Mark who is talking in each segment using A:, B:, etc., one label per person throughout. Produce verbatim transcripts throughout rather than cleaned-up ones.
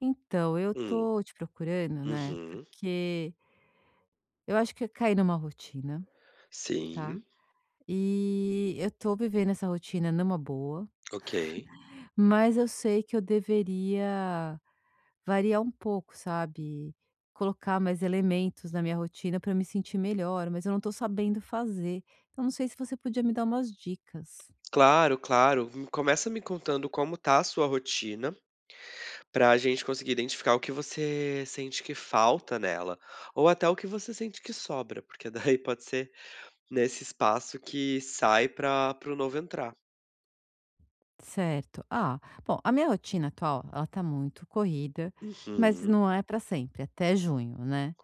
A: Então, eu
B: Hum,
A: tô te procurando, né,
B: uhum.
A: porque eu acho que eu caí numa rotina, tá?
B: Sim,
A: E eu tô vivendo essa rotina numa boa,
B: ok.
A: mas eu sei que eu deveria variar um pouco, sabe? Colocar mais elementos na minha rotina para eu me sentir melhor, mas eu não tô sabendo fazer. Então, não sei se você podia me dar umas dicas.
B: Claro, claro. Me começa me contando como tá a sua rotina, pra gente conseguir identificar o que você sente que falta nela, ou até o que você sente que sobra, porque daí pode ser nesse espaço que sai para pro novo entrar.
A: Certo. Ah, bom, a minha rotina atual, ela tá muito corrida, mas
B: Uhum,
A: não é para sempre, até junho, né?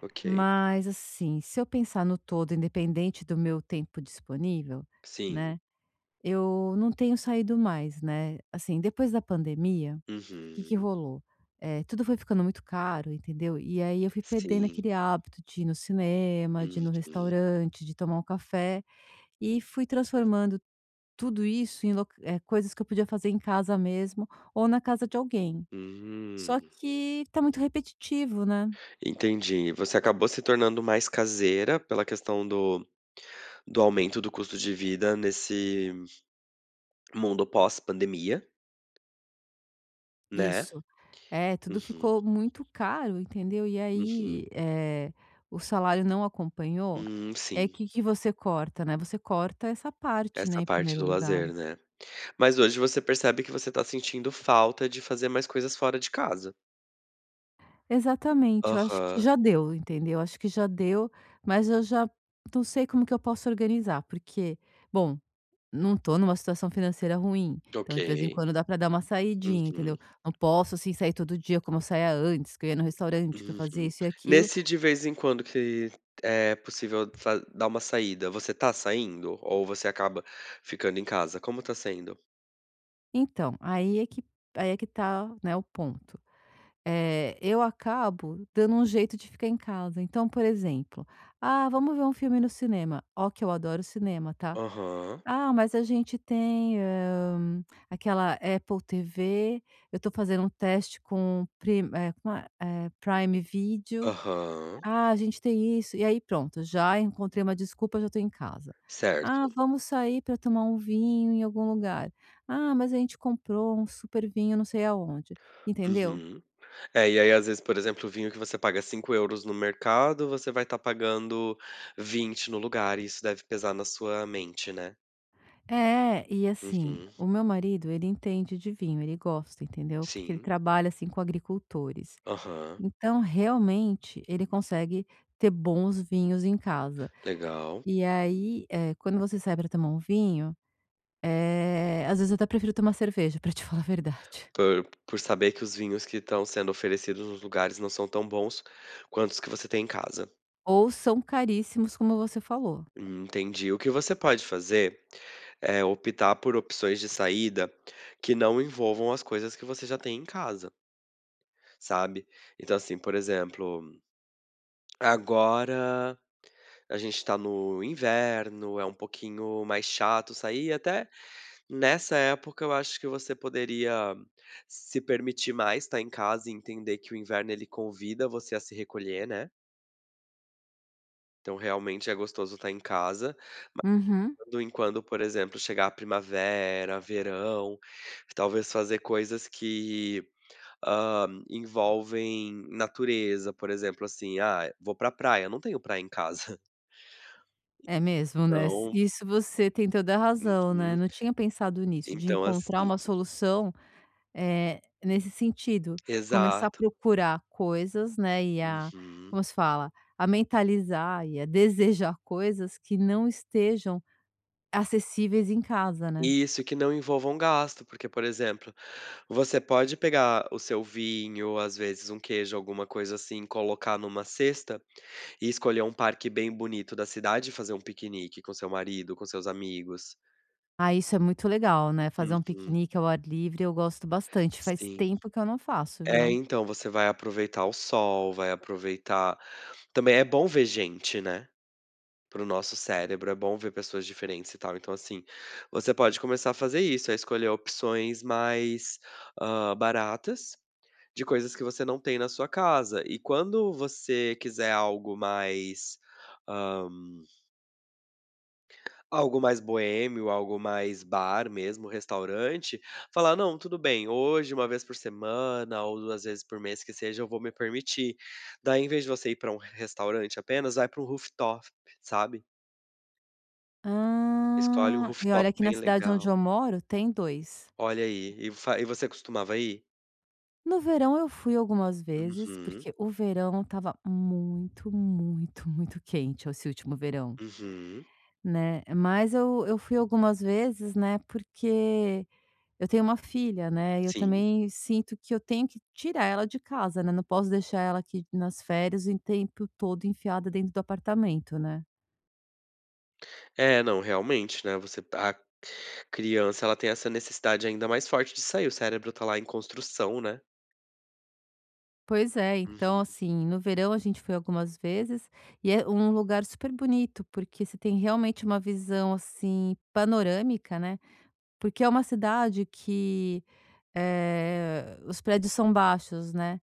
B: ok.
A: Mas assim, se eu pensar no todo, independente do meu tempo disponível,
B: Sim.
A: né, eu não tenho saído mais, né. Assim, depois da pandemia, o que que
B: Uhum.
A: rolou? Eh, tudo foi ficando muito caro, entendeu. E aí eu fui perdendo
B: Sim.
A: aquele hábito de ir no cinema, de ir no
B: Uhum.
A: restaurante, de tomar um café, e fui transformando tudo isso em loc eh, coisas que eu podia fazer em casa mesmo, ou na casa de alguém.
B: Hum,
A: Só que tá muito repetitivo, né.
B: Entendi. Você acabou se tornando mais caseira pela questão do Do aumento do custo de vida nesse mundo pós-pandemia, né.
A: Isso. É, tudo
B: Uhum,
A: ficou muito caro, entendeu. E aí,
B: uhum.
A: eh, o salário não acompanhou,
B: Hum,
A: e aí o
B: sim,
A: que que você corta, né, você corta essa parte, né,
B: essa
A: em
B: parte
A: primeiro
B: do
A: lugar.
B: lazer, né. Mas hoje você percebe que você tá sentindo falta de fazer mais coisas fora de casa.
A: Exatamente, eu acho que
B: Aham,
A: já deu, entendeu. Acho que já deu, mas eu já não sei como que eu posso organizar, porque, bom, não tô numa situação financeira ruim,
B: ok.
A: então de vez em quando dá para dar uma saidinha,
B: Uhum,
A: entendeu. Não posso, assim, sair todo dia como eu saía antes, que eu ia no restaurante, que eu fazia
B: uhum.
A: isso e aquilo.
B: Nesse de vez em quando que é possível fa dar uma saída, você tá saindo ou você acaba ficando em casa? Como tá sendo?
A: Então, aí é que aí é que tá, né, o ponto. Eh, eu acabo dando um jeito de ficar em casa. Então, por exemplo: "Ah, vamos ver um filme no cinema". Ó que eu adoro cinema, tá.
B: Aham,
A: "Ah, mas a gente tem, hã, aquela Apple T V". Eu tô fazendo um teste com Prim eh, como é? Eh, Prime Video.
B: aham,
A: Ah, a gente tem isso. E aí pronto, já encontrei uma desculpa, já estou em casa. Ah,
B: certo.
A: vamos sair para tomar um vinho em algum lugar. Ah, mas a gente comprou um super vinho não sei aonde, entendeu?
B: Uhum. É, e aí às vezes, por exemplo, o vinho que você paga cinco euros no mercado, você vai estar pagando vinte no lugar, e isso deve pesar na sua mente, né.
A: É, e assim,
B: Uhum.
A: o meu marido, ele entende de vinho, ele gosta, entendeu? Porque ele
B: Sim.
A: trabalha assim com agricultores.
B: Aham.
A: Então, realmente, ele consegue ter bons vinhos em casa.
B: Legal.
A: E aí, eh, quando você sai para tomar um vinho, eh, às vezes eu até prefiro tomar cerveja, para te falar a verdade.
B: Por por saber que os vinhos que estão sendo oferecidos nos lugares não são tão bons quanto os que você tem em casa.
A: Ou são caríssimos, como você falou.
B: Entendi. O que você pode fazer é optar por opções de saída que não envolvam as coisas que você já tem em casa, sabe. Então, assim, por exemplo, agora a gente tá no inverno, é um pouquinho mais chato sair, e até nessa época eu acho que você poderia se permitir mais estar em casa e entender que o inverno ele convida você a se recolher, né. Então realmente é gostoso estar em casa.
A: Uhum.
B: Do em quando, por exemplo, chegar a primavera, verão, talvez fazer coisas que, hã, envolvem natureza, por exemplo, assim, ah, vou pra praia, não tenho praia em casa,
A: É mesmo, né, s
B: então
A: isso você tem toda a razão, né,
B: uhum,
A: não tinha pensado nisso, de
B: então
A: encontrar
B: assim
A: uma solução, eh, nesse sentido, começar a
B: exato.
A: procurar coisas, né, e a
B: Uhum.
A: como se fala? A mentalizar e a desejar coisas que não estejam acessíveis em casa, né.
B: Isso, que não envolvam gasto, porque, por exemplo, você pode pegar o seu vinho, às vezes um queijo, alguma coisa assim, colocar numa cesta e escolher um parque bem bonito da cidade e fazer um piquenique com seu marido, com seus amigos.
A: Ah, isso é muito legal, né, fazer um
B: Uhum,
A: piquenique ao ar livre eu gosto bastante, faz
B: sim.
A: tempo que eu não faço,
B: É,
A: viu.
B: então, você vai aproveitar o sol, vai aproveitar também é bom ver gente, né. Para o nosso cérebro, é bom ver pessoas diferentes e tal. Então, assim, você pode começar a fazer isso, a escolher opções mais, hã, baratas, de coisas que você não tem na sua casa. E quando você quiser algo mais, hã, algo mais boêmio, algo mais bar mesmo, restaurante, falar: "Não, tudo bem, hoje, uma vez por semana ou duas vezes por mês que seja, eu vou me permitir". Daí, em vez de você ir para um restaurante apenas, vai para um rooftop, sabe? Escolhe um
A: Ah, e
B: rooftop
A: olha aqui na
B: bem
A: cidade
B: legal.
A: onde eu moro tem dois.
B: Olha aí, e fa e você costumava ir?
A: No verão eu fui algumas vezes,
B: Uhum,
A: porque o verão estava muito, muito, muito quente esse último verão,
B: uhum,
A: né. Mas eu eu fui algumas vezes, né, porque eu tenho uma filha, né, e eu
B: sim.
A: também sinto que eu tenho que tirar ela de casa, né, não posso deixar ela aqui nas férias o tempo todo enfiada dentro do apartamento, né.
B: É, não, realmente, né, você a criança, ela tem essa necessidade ainda mais forte de sair, o cérebro tá lá em construção, né.
A: Pois é, então,
B: Uhum,
A: assim, no verão a gente foi algumas vezes e é um lugar super bonito, porque você tem realmente uma visão, assim, panorâmica, né, porque é uma cidade que, eh, os prédios são baixos, né.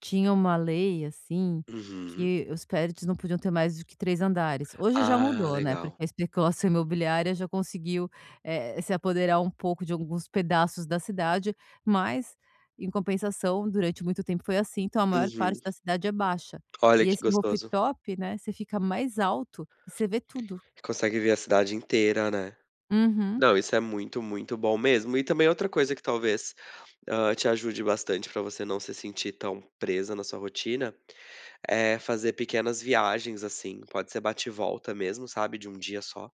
A: Tinha uma lei, assim,
B: uhum.
A: que os prédios não podiam ter mais do que três andares. Hoje já
B: Ah,
A: mudou, né, porque
B: legal.
A: a especulação imobiliária já conseguiu, eh, se apoderar um pouco de alguns pedaços da cidade, mas, em compensação, durante muito tempo foi assim, então a maior parte
B: Uhum.
A: da cidade é baixa.
B: Olha
A: E
B: que
A: esse
B: gostoso.
A: rooftop, né, você fica mais alto e você vê tudo.
B: Consegue ver a cidade inteira, né.
A: Uhum.
B: Não, isso é muito, muito bom mesmo. E também outra coisa que talvez, hã, te ajude bastante pra você não se sentir tão presa na sua rotina. É, fazer pequenas viagens, assim, pode ser bate e volta mesmo, sabe, de um dia só.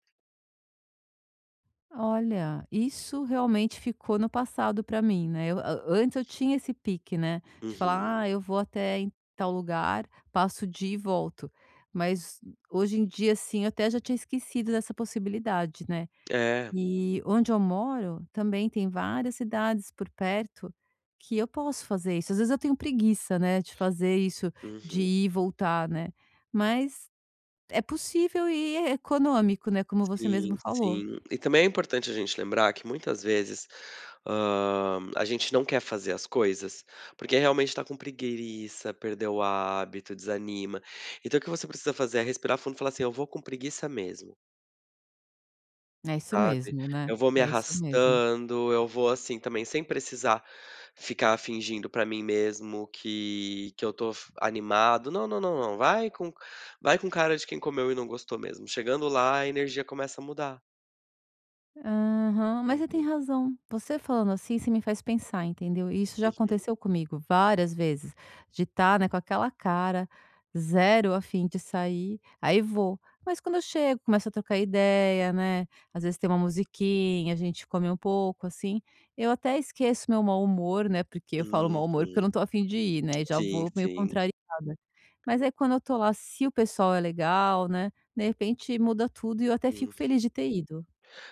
A: Olha, isso realmente ficou no passado para mim, né, eu a antes eu tinha esse pique, né, de
B: Uhum.
A: falar: "Ah, eu vou até em tal lugar, passo o dia e volto". Mas hoje em dia, assim, eu até já tinha esquecido dessa possibilidade, né.
B: É.
A: E onde eu moro também tem várias cidades por perto que eu posso fazer isso. Às vezes eu tenho preguiça, né, de fazer isso, de
B: Uhum.
A: ir e voltar, né, mas é possível e é econômico, né, como você mesmo
B: Sim,
A: falou.
B: sim. E também é importante a gente lembrar que muitas vezes, hã, a gente não quer fazer as coisas, porque realmente tá com preguiça, perdeu o hábito, desanima. Então o que você precisa fazer é respirar fundo e falar assim: "Eu vou com preguiça mesmo".
A: É isso
B: Sabe,
A: mesmo, né,
B: eu vou me
A: é isso mesmo.
B: arrastando, eu vou, assim, também sem precisar ficar fingindo pra mim mesmo que que eu tô f animado. Não, não, não, não, vai com vai com cara de quem comeu e não gostou mesmo. Chegando lá, a energia começa a mudar.
A: Aham, mas você tem
B: Uhum,
A: razão. Você falando assim, você me faz pensar, entendeu? E isso já
B: uhum,
A: aconteceu comigo várias vezes, de estar, né, com aquela cara, zero a fim de sair, aí vou. Mas quando eu chego, começo a trocar ideia, né, às vezes tem uma musiquinha, a gente come um pouco, assim, eu até esqueço meu mau humor, né, porque eu falo
B: uhum.
A: mau humor porque eu
B: Uhum.
A: não estou a fim de ir, né, e já
B: Sim,
A: vou meio
B: sim.
A: contrariada. Mas aí quando eu tô lá, se o pessoal é legal, né, de repente muda tudo e eu até
B: Uhum.
A: fico feliz de ter ido.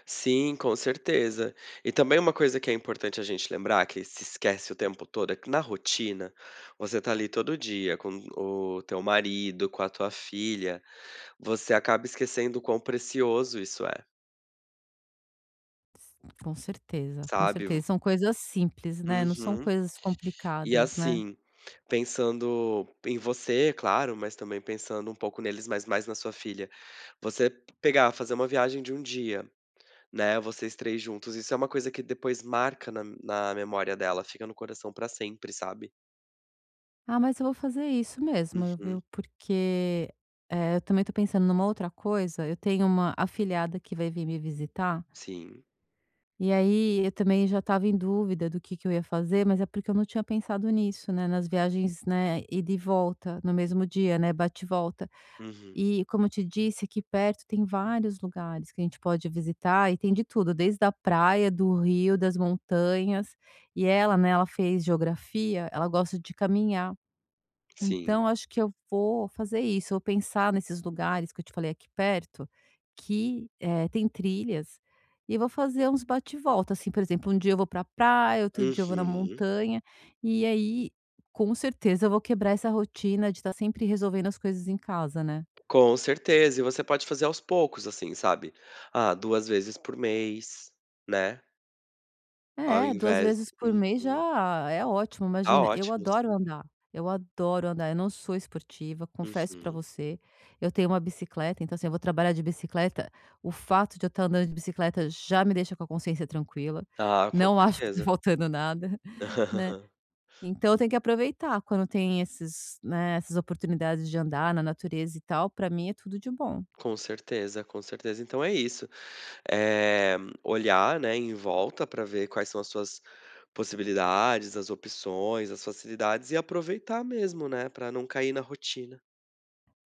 B: Sim, com certeza. E também uma coisa que é importante a gente lembrar, que se esquece o tempo todo, é que na rotina, você tá ali todo dia com o teu marido, com a tua filha, você acaba esquecendo o quão precioso isso é,
A: Com certeza, com
B: sabe.
A: certeza. São coisas simples, né, não são
B: Uhum.
A: coisas
B: E
A: complicadas, né.
B: assim, pensando em você, claro, mas também pensando um pouco neles, mas mais na sua filha, você pegar, fazer uma viagem de um dia. Né, vocês três juntos. Isso é uma coisa que depois marca na na memória dela, fica no coração pra sempre, sabe.
A: Ah, mas eu vou fazer isso mesmo, viu,
B: Uhum.
A: porque, eh, eu também estou pensando numa outra coisa, eu tenho uma afilhada que vai vir me visitar,
B: Sim.
A: e aí eu também já estava em dúvida do que que eu ia fazer, mas é porque eu não tinha pensado nisso, né, nas viagens, né, ida e volta no mesmo dia, né, bate e volta.
B: Uhum.
A: E como eu te disse, aqui perto tem vários lugares que a gente pode visitar e tem de tudo, desde a praia, do rio, das montanhas. E ela, né, ela fez geografia, ela gosta de caminhar.
B: Sim.
A: Então acho que eu vou fazer isso, eu vou pensar nesses lugares que eu te falei aqui perto, que, eh, tem trilhas, e eu vou fazer uns bate volta, assim, por exemplo, um dia eu vou pra praia, outro dia eu vou na
B: Uhum.
A: montanha, e aí, com certeza eu vou quebrar essa rotina de estar sempre resolvendo as coisas em casa, né?
B: Com certeza. E você pode fazer aos poucos, assim, sabe. Ah, duas vezes por mês, né, ao
A: É, duas
B: invés
A: vezes por mês
B: uhum.
A: já é ótimo,
B: Tá
A: imagina, eu
B: ótimo,
A: adoro
B: sim.
A: andar, eu adoro andar, eu não sou esportiva, confesso pra
B: Uhum.
A: você, eu tenho uma bicicleta, então assim, eu vou trabalhar de bicicleta, o fato de eu estar andando de bicicleta já me deixa com a consciência tranquila,
B: Ah, com
A: não acho que tá
B: certeza.
A: faltando nada, né. Então eu tenho que aproveitar quando tem esses, né, essas oportunidades de andar na natureza e tal, pra mim é tudo de bom.
B: Com certeza, com certeza. Então é isso. eh, olhar, né, em volta para ver quais são as suas possibilidades, as opções, as facilidades e aproveitar mesmo, né, para não cair na rotina.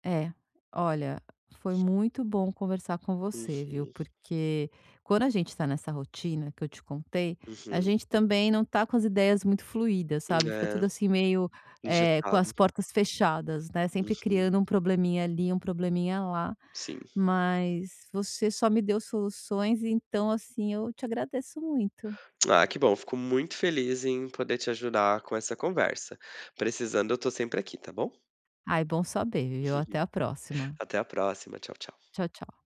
A: É, olha, foi muito bom conversar com você, viu?
B: Uhum,
A: Porque quando a gente está nessa rotina que eu te contei, a
B: uhum.
A: gente também não tá com as ideias muito fluídas, sabe? Fica
B: É,
A: tudo assim meio eh, com
B: engessado.
A: as portas fechadas, né? Sempre
B: Uhum,
A: criando um probleminha ali, um probleminha lá.
B: sim.
A: Mas você só me deu soluções, então assim eu te agradeço muito.
B: Ah, que bom, fico muito feliz em poder te ajudar com essa conversa. Precisando, eu tô sempre aqui, tá bom?
A: Ai, bom saber, viu? Até a próxima.
B: Até a próxima. Tchau, tchau.
A: Tchau, tchau.